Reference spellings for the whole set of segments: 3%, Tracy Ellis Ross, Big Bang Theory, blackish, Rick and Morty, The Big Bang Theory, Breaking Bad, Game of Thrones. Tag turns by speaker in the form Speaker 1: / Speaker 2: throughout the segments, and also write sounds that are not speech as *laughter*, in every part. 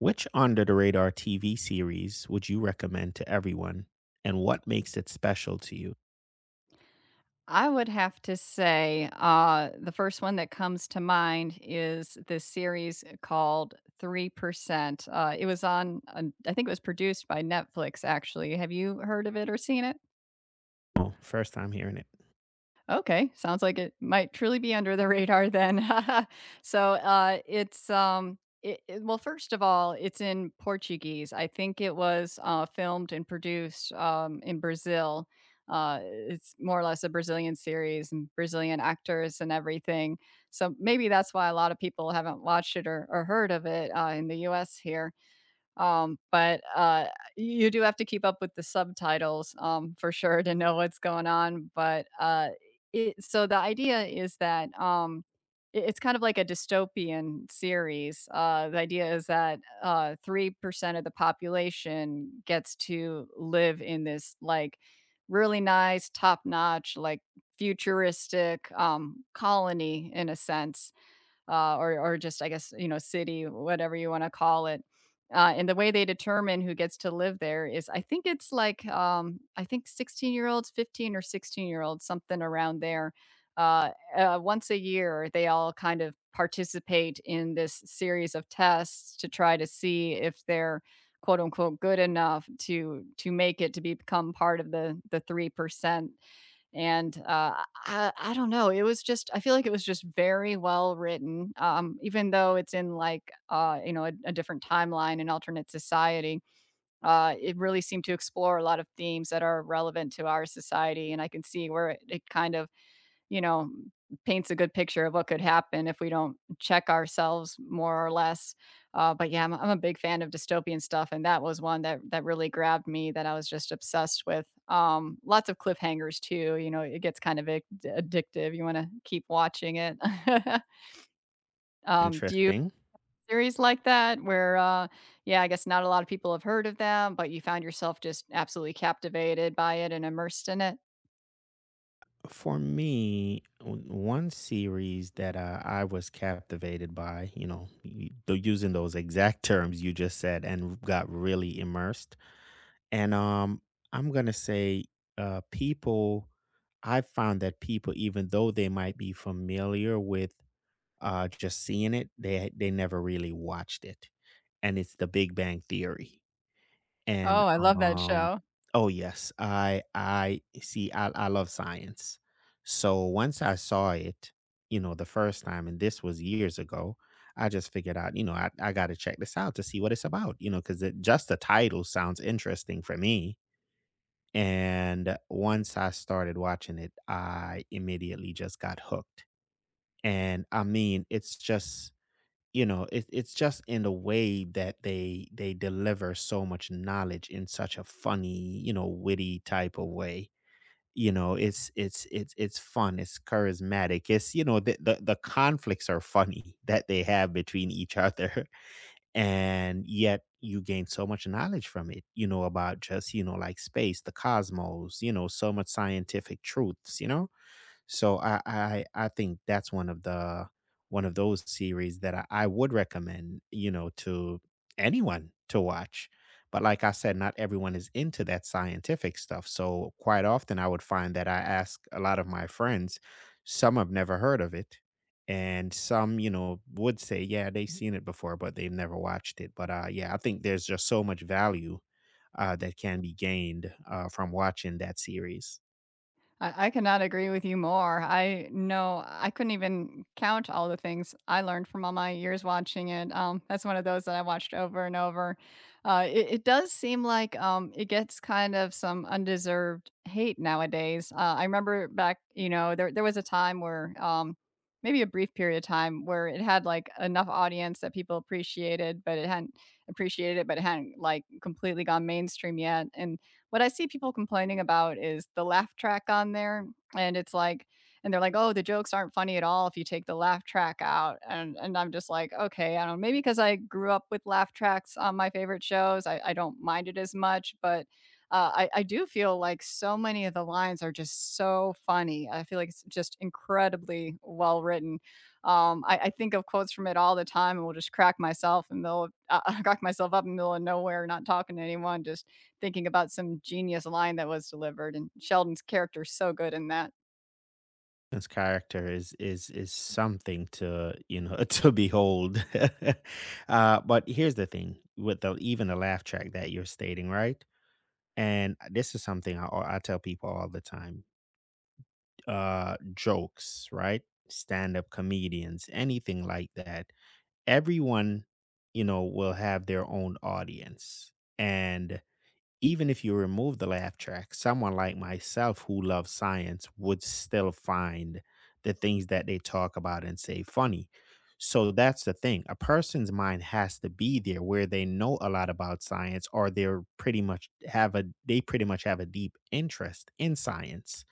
Speaker 1: Which Under the Radar TV series would you recommend to everyone, and what makes it special to you?
Speaker 2: I would have to say, the first one that comes to mind is this series called 3%. It was on I think it was produced by Netflix, actually. Have you heard of it or seen it?
Speaker 1: Oh, first time hearing it.
Speaker 2: Okay, sounds like it might truly be under the radar then. *laughs* Well, first of all, it's in Portuguese. I think it was filmed and produced in Brazil. It's more or less a Brazilian series and Brazilian actors and everything. So maybe that's why a lot of people haven't watched it or heard of it in the US here. Um, but, uh, you do have to keep up with the subtitles, for sure to know what's going on, but, it so the idea is that it's kind of like a dystopian series. The idea is that 3% of the population gets to live in this, like, really nice, top-notch, like, futuristic, colony in a sense , or just, I guess, you know, city, whatever you want to call it. And the way they determine who gets to live there is, I think it's like I think 16-year-olds, 15 or 16-year-olds, something around there. Uh, Once a year, they all kind of participate in this series of tests to try to see if they're, quote unquote, good enough to make it to become part of the 3%. And I don't know, it was just, I feel like it was just very well written, even though it's in, like, a different timeline, an alternate society. It really seemed to explore a lot of themes that are relevant to our society, and I can see where it kind of, you know, paints a good picture of what could happen if we don't check ourselves, more or less. But yeah, I'm a big fan of dystopian stuff, and that was one that really grabbed me. That I was just obsessed with. Lots of cliffhangers too. You know, it gets kind of addictive. You want to keep watching it. *laughs* Do you
Speaker 1: Interesting.
Speaker 2: series like that where, yeah, I guess not a lot of people have heard of them, but you found yourself just absolutely captivated by it and immersed in it?
Speaker 1: For me, one series that I was captivated by, you know, though using those exact terms you just said, and got really immersed. And I'm gonna say, people, I've found that people, even though they might be familiar with just seeing it, they never really watched it, and it's The Big Bang Theory, and,
Speaker 2: Oh, I love that
Speaker 1: um
Speaker 2: show.
Speaker 1: oh, yes, I see, I love science. So, once I saw it, you know, the first time, and this was years ago, I just figured out, you know, I gotta check this out to see what it's about, you know, 'cause it just the title sounds interesting for me, and once I started watching it, I immediately just got hooked. And, I mean, it's just, you know, it, it's just in the way that they deliver so much knowledge in such a funny, you know, witty type of way. You know, it's fun, it's charismatic, it's, you know, the conflicts are funny *laughs* that they have between each other. *laughs* And yet you gain so much knowledge from it, you know, about just, you know, like space, the cosmos, you know, so much scientific truths, you know. So I think that's one of those series that I would recommend, you know, to anyone to watch. But like I said, not everyone is into that scientific stuff. So quite often I would find that I ask a lot of my friends, some have never heard of it. And some, you know, would say, yeah, they've seen it before, but they've never watched it. But yeah, I think there's just so much value that can be gained from watching that series.
Speaker 2: I cannot agree with you more. I know I couldn't even count all the things I learned from all my years watching it. That's one of those that I watched over and over. It does seem like it gets kind of some undeserved hate nowadays. I remember back, you know, there was a time where maybe a brief period of time where it had like enough audience that people appreciated it, but it hadn't like completely gone mainstream yet. And what I see people complaining about is the laugh track on there, and it's like, and they're like, "Oh, the jokes aren't funny at all if you take the laugh track out." And I'm just like, "Okay, I don't know, maybe because I grew up with laugh tracks on my favorite shows, I don't mind it as much." But I do feel like so many of the lines are just so funny. I feel like it's just incredibly well written. I think of quotes from it all the time and will just crack myself, and they'll *laughs* crack myself up in the middle of nowhere, not talking to anyone, just thinking about some genius line that was delivered, and Sheldon's character is so good in that.
Speaker 1: His character is something to, you know, *laughs* to behold. *laughs* But here's the thing with the even the laugh track that you're stating, right? And this is something I tell people all the time. Jokes, right? Stand-up comedians, anything like that. Everyone, you know, will have their own audience. And even if you remove the laugh track, someone like myself who loves science would still find the things that they talk about and say funny. So that's the thing. A person's mind has to be there where they know a lot about science, or they pretty much have a deep interest in science,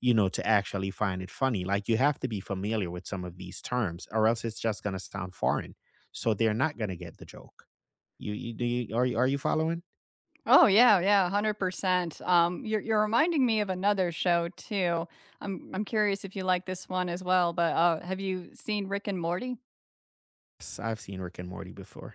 Speaker 1: you know, to actually find it funny. Like, you have to be familiar with some of these terms or else it's just going to sound foreign. So they're not going to get the joke. You do you, are you are you following?
Speaker 2: Oh yeah, yeah, 100%. You're reminding me of another show too. I'm curious if you like this one as well, but have you seen Rick and Morty?
Speaker 1: I I've seen Rick and Morty before.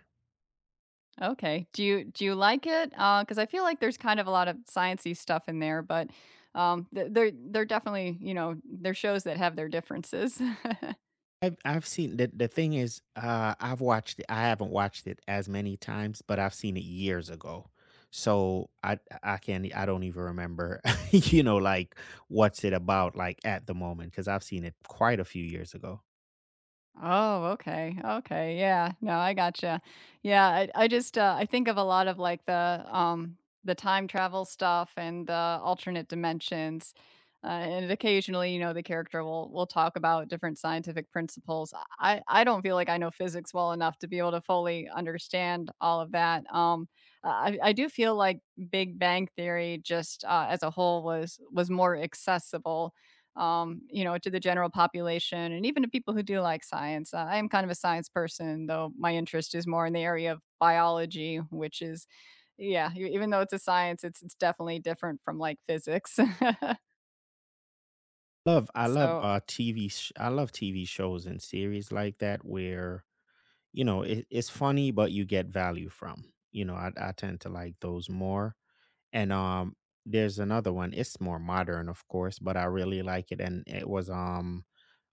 Speaker 2: Okay. Do you like it? Because I feel like there's kind of a lot of sciencey stuff in there, but they're definitely, you know, they're shows that have their differences. *laughs*
Speaker 1: I've seen The thing is, I've watched it. I haven't watched it as many times, but I've seen it years ago. So I can't e, I don't even remember, *laughs* you know, like, what's it about, like, at the moment, because I've seen it quite a few years ago.
Speaker 2: Oh, okay. Okay. Yeah. No, I gotcha. Yeah. I just, I think of a lot of like the time travel stuff and the alternate dimensions. And occasionally, you know, the character will talk about different scientific principles. I don't feel like I know physics well enough to be able to fully understand all of that. I do feel like Big Bang Theory just, as a whole was more accessible, you know, to the general population and even to people who do like science. I am kind of a science person, though my interest is more in the area of biology, which is, yeah, even though it's a science, it's definitely different from like physics. *laughs*
Speaker 1: Love I
Speaker 2: so
Speaker 1: love uh TV sh- I love TV shows and series like that where, you know, it, it's funny but you get value from. You know, I tend to like those more. And There's another one. It's more modern, of course, but I really like it. And it was um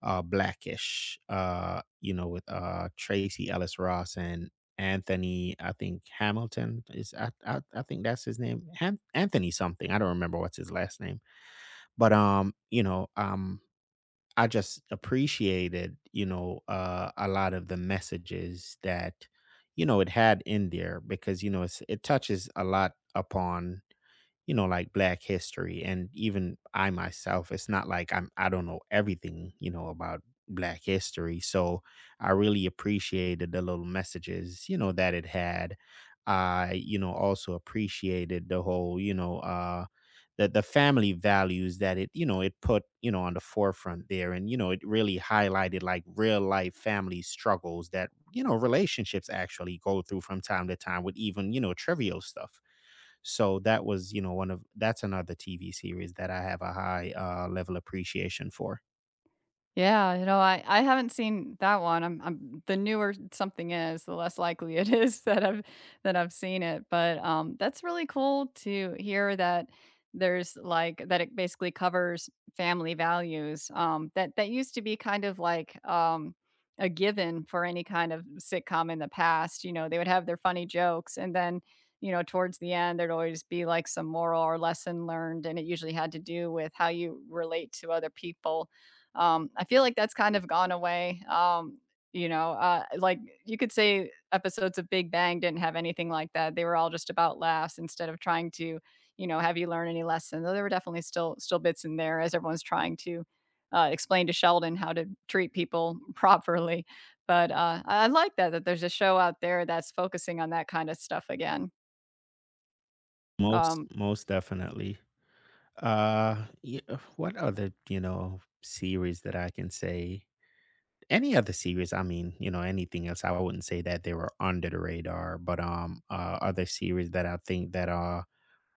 Speaker 1: uh blackish, you know, with Tracy Ellis Ross and Anthony, I think Hamilton is, I think that's his name. Anthony something. I don't remember what's his last name. But um, you know, um I just appreciated, you know, a lot of the messages that, you know, it had in there, because, you know, it's, it touches a lot upon, you know, like, black history. And even I myself, it's not like I don't know everything, you know, about black history. So I really appreciated the little messages, you know, that it had. I, you know, also appreciated the whole, you know, the family values that it, you know, it put, you know, on the forefront there. And, you know, it really highlighted, like, real life family struggles that, you know, relationships actually go through from time to time with even, you know, trivial stuff. So that was, you know, one of that's another TV series that I have a high, level appreciation for.
Speaker 2: Yeah, you know, I haven't seen that one. I'm the newer something is, the less likely it is *laughs* that I've seen it. But that's really cool to hear that there's like that it basically covers family values. That that used to be kind of like a given for any kind of sitcom in the past. You know, they would have their funny jokes, and then, you know, towards the end there'd always be like some moral or lesson learned, and it usually had to do with how you relate to other people. I feel like that's kind of gone away. You know, uh, like you could say episodes of Big Bang didn't have anything like that. They were all just about laughs instead of trying to, you know, have you learn any lesson. Though there were definitely still bits in there as everyone's trying to explain to Sheldon how to treat people *laughs* properly. But I like that there's a show out there that's focusing on that kind of stuff again.
Speaker 1: Most
Speaker 2: Um,
Speaker 1: most definitely. Uh yeah, what other, you know, series that I can say? Any other series, I mean, you know, anything else, I wouldn't say that they were under the radar, but other series that I think that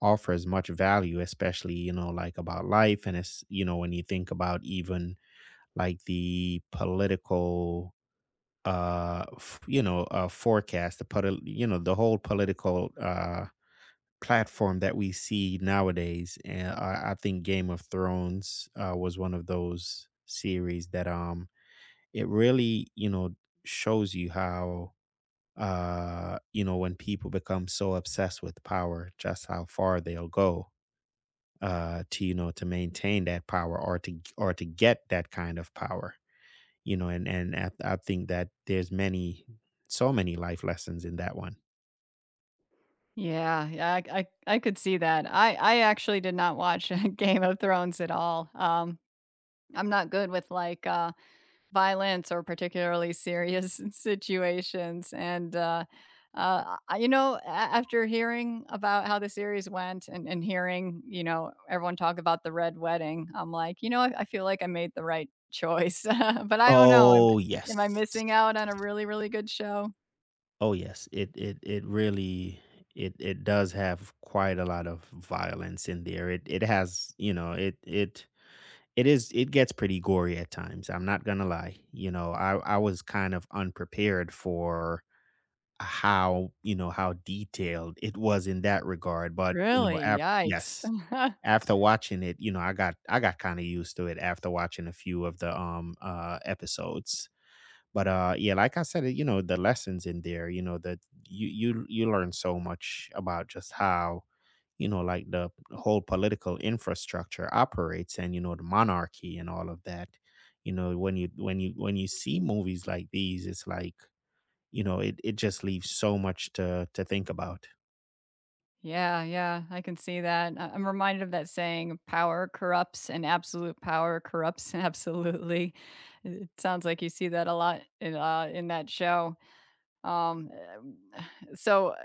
Speaker 1: offer as much value, especially, you know, like, about life. And it's, you know, when you think about even, like, the political, you know, forecast, the you know, the whole political, platform that we see nowadays. And I think Game of Thrones was one of those series that, it really, you know, shows you how, you know, when people become so obsessed with power, just how far they'll go, to, you know, to maintain that power, or to, or to get that kind of power, you know. And I think that there's many, so many life lessons in that one.
Speaker 2: yeah, yeah, I could see that. I actually did not watch *laughs* Game of Thrones at all. I'm not good with like violence or particularly serious *laughs* situations. You know, after hearing about how the series went, and hearing, you know, everyone talk about the Red Wedding, I'm like, you know, I feel like I made the right choice. *laughs* But I don't know.
Speaker 1: Oh yes.
Speaker 2: Am I missing out on a really, really good show?
Speaker 1: Oh yes. It really, it does have quite a lot of violence in there. It has, you know, it gets pretty gory at times, I'm not gonna lie. You know, I was kind of unprepared for how, you know, how detailed it was in that regard, but, you know,
Speaker 2: Really?
Speaker 1: after,
Speaker 2: Yikes.
Speaker 1: yes.
Speaker 2: *laughs*
Speaker 1: After watching it, you know, I got kinda used to it after watching a few of the, episodes. But yeah, like I said, you know, the lessons in there, you know, that you learn so much about just how, you know, like, the whole political infrastructure operates, and, you know, the monarchy and all of that. You know, when you, when you see movies like these, it's like, you know, it just leaves so much to think about.
Speaker 2: Yeah, yeah, I can see that. I'm reminded of that saying, power corrupts and absolute power corrupts *laughs* absolutely. It sounds like you see that a lot in that show. Um uh, *sighs* so uh,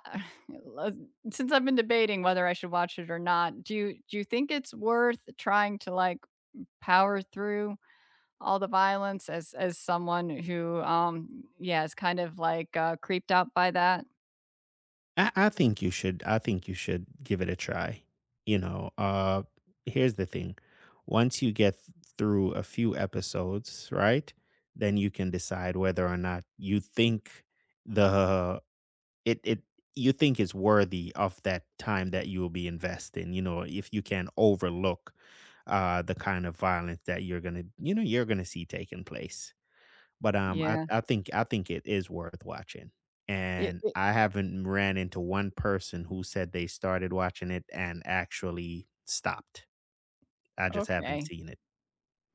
Speaker 2: ha- *sighs* since I've been debating whether I should watch it or not, do you think it's worth trying to like power through all the violence as someone who yeah, is kind of like creeped out by that?
Speaker 1: I think you should give it a try. You know, here's the thing. Once you get through a few episodes, right? Then you can decide whether or not you think the it it you think is worthy of that time that you will be investing, you know, if you can overlook the kind of violence that you're going to, you know, you're going to see taking place. But, I
Speaker 2: Yeah.
Speaker 1: I think I think it is worth watching,
Speaker 2: It,
Speaker 1: and
Speaker 2: it,
Speaker 1: I haven't ran into one person who said they started watching it and actually stopped. I just haven't
Speaker 2: okay.
Speaker 1: seen it.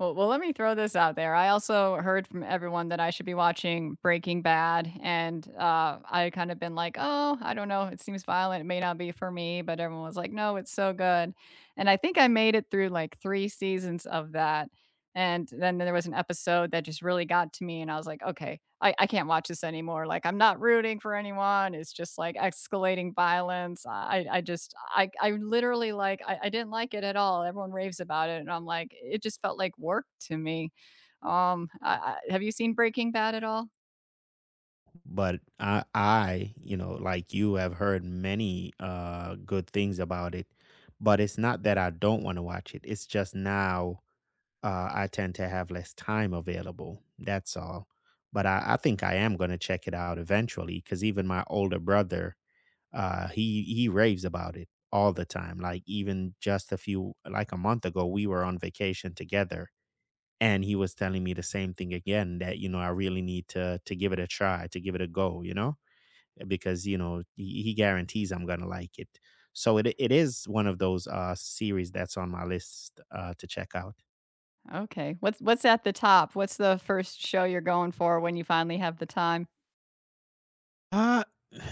Speaker 2: Well, let me throw this out there. I also heard from everyone that I should be watching Breaking Bad, and I kind of been like, oh, I don't know, it seems violent. It may not be for me, but everyone was like, no, it's so good. And I think I made it through like 3 seasons of that. And then there was an episode that just really got to me, and I was like, okay, I can't watch this anymore. Like, I'm not rooting for anyone. It's just like escalating violence. I just, I literally like, I didn't like it at all. Everyone raves about it, and I'm like, it just felt like work to me. Have you seen Breaking Bad at all?
Speaker 1: But you know, like you, have heard many, good things about it, but it's not that I don't wanna watch it, it's just now, I tend to have less time available, that's all. But I think I am gonna check it out eventually, because even my older brother, he raves about it all the time. Like, even just a few, like a month ago, we were on vacation together, and he was telling me the same thing again. That, you know, I really need to give it a try, to give it a go. You know, because, you know, he guarantees I'm gonna like it. So it is one of those series that's on my list, to check out.
Speaker 2: Okay, what's at the top? What's the first show you're going for when you finally have the time?
Speaker 1: Uh,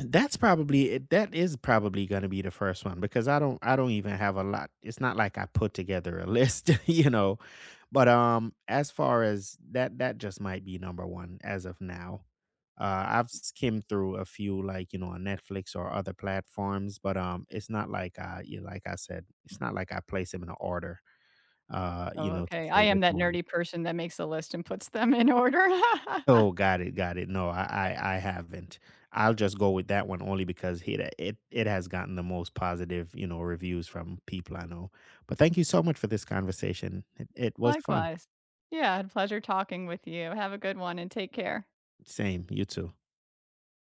Speaker 1: that is probably gonna be the first one, because I don't even have a lot. It's not like I put together a list, *laughs* you know. But as far as that, that just might be number one as of now. I've skimmed through a few, like, you know, on Netflix or other platforms, but it's not like I you like I said, it's not like I place them in an order, you
Speaker 2: Oh,
Speaker 1: know, to
Speaker 2: okay.
Speaker 1: say
Speaker 2: I am
Speaker 1: which
Speaker 2: that
Speaker 1: one.
Speaker 2: nerdy person that makes a list and puts them in order.
Speaker 1: Oh,
Speaker 2: *laughs*
Speaker 1: got it, got it. No, I haven't. I'll just go with that one only because it has gotten the most positive, you know, reviews from people I know. But thank you so much for this conversation. It was fun.
Speaker 2: Likewise. Yeah, I had pleasure talking with you. Have a good one and take care.
Speaker 1: Same, you too.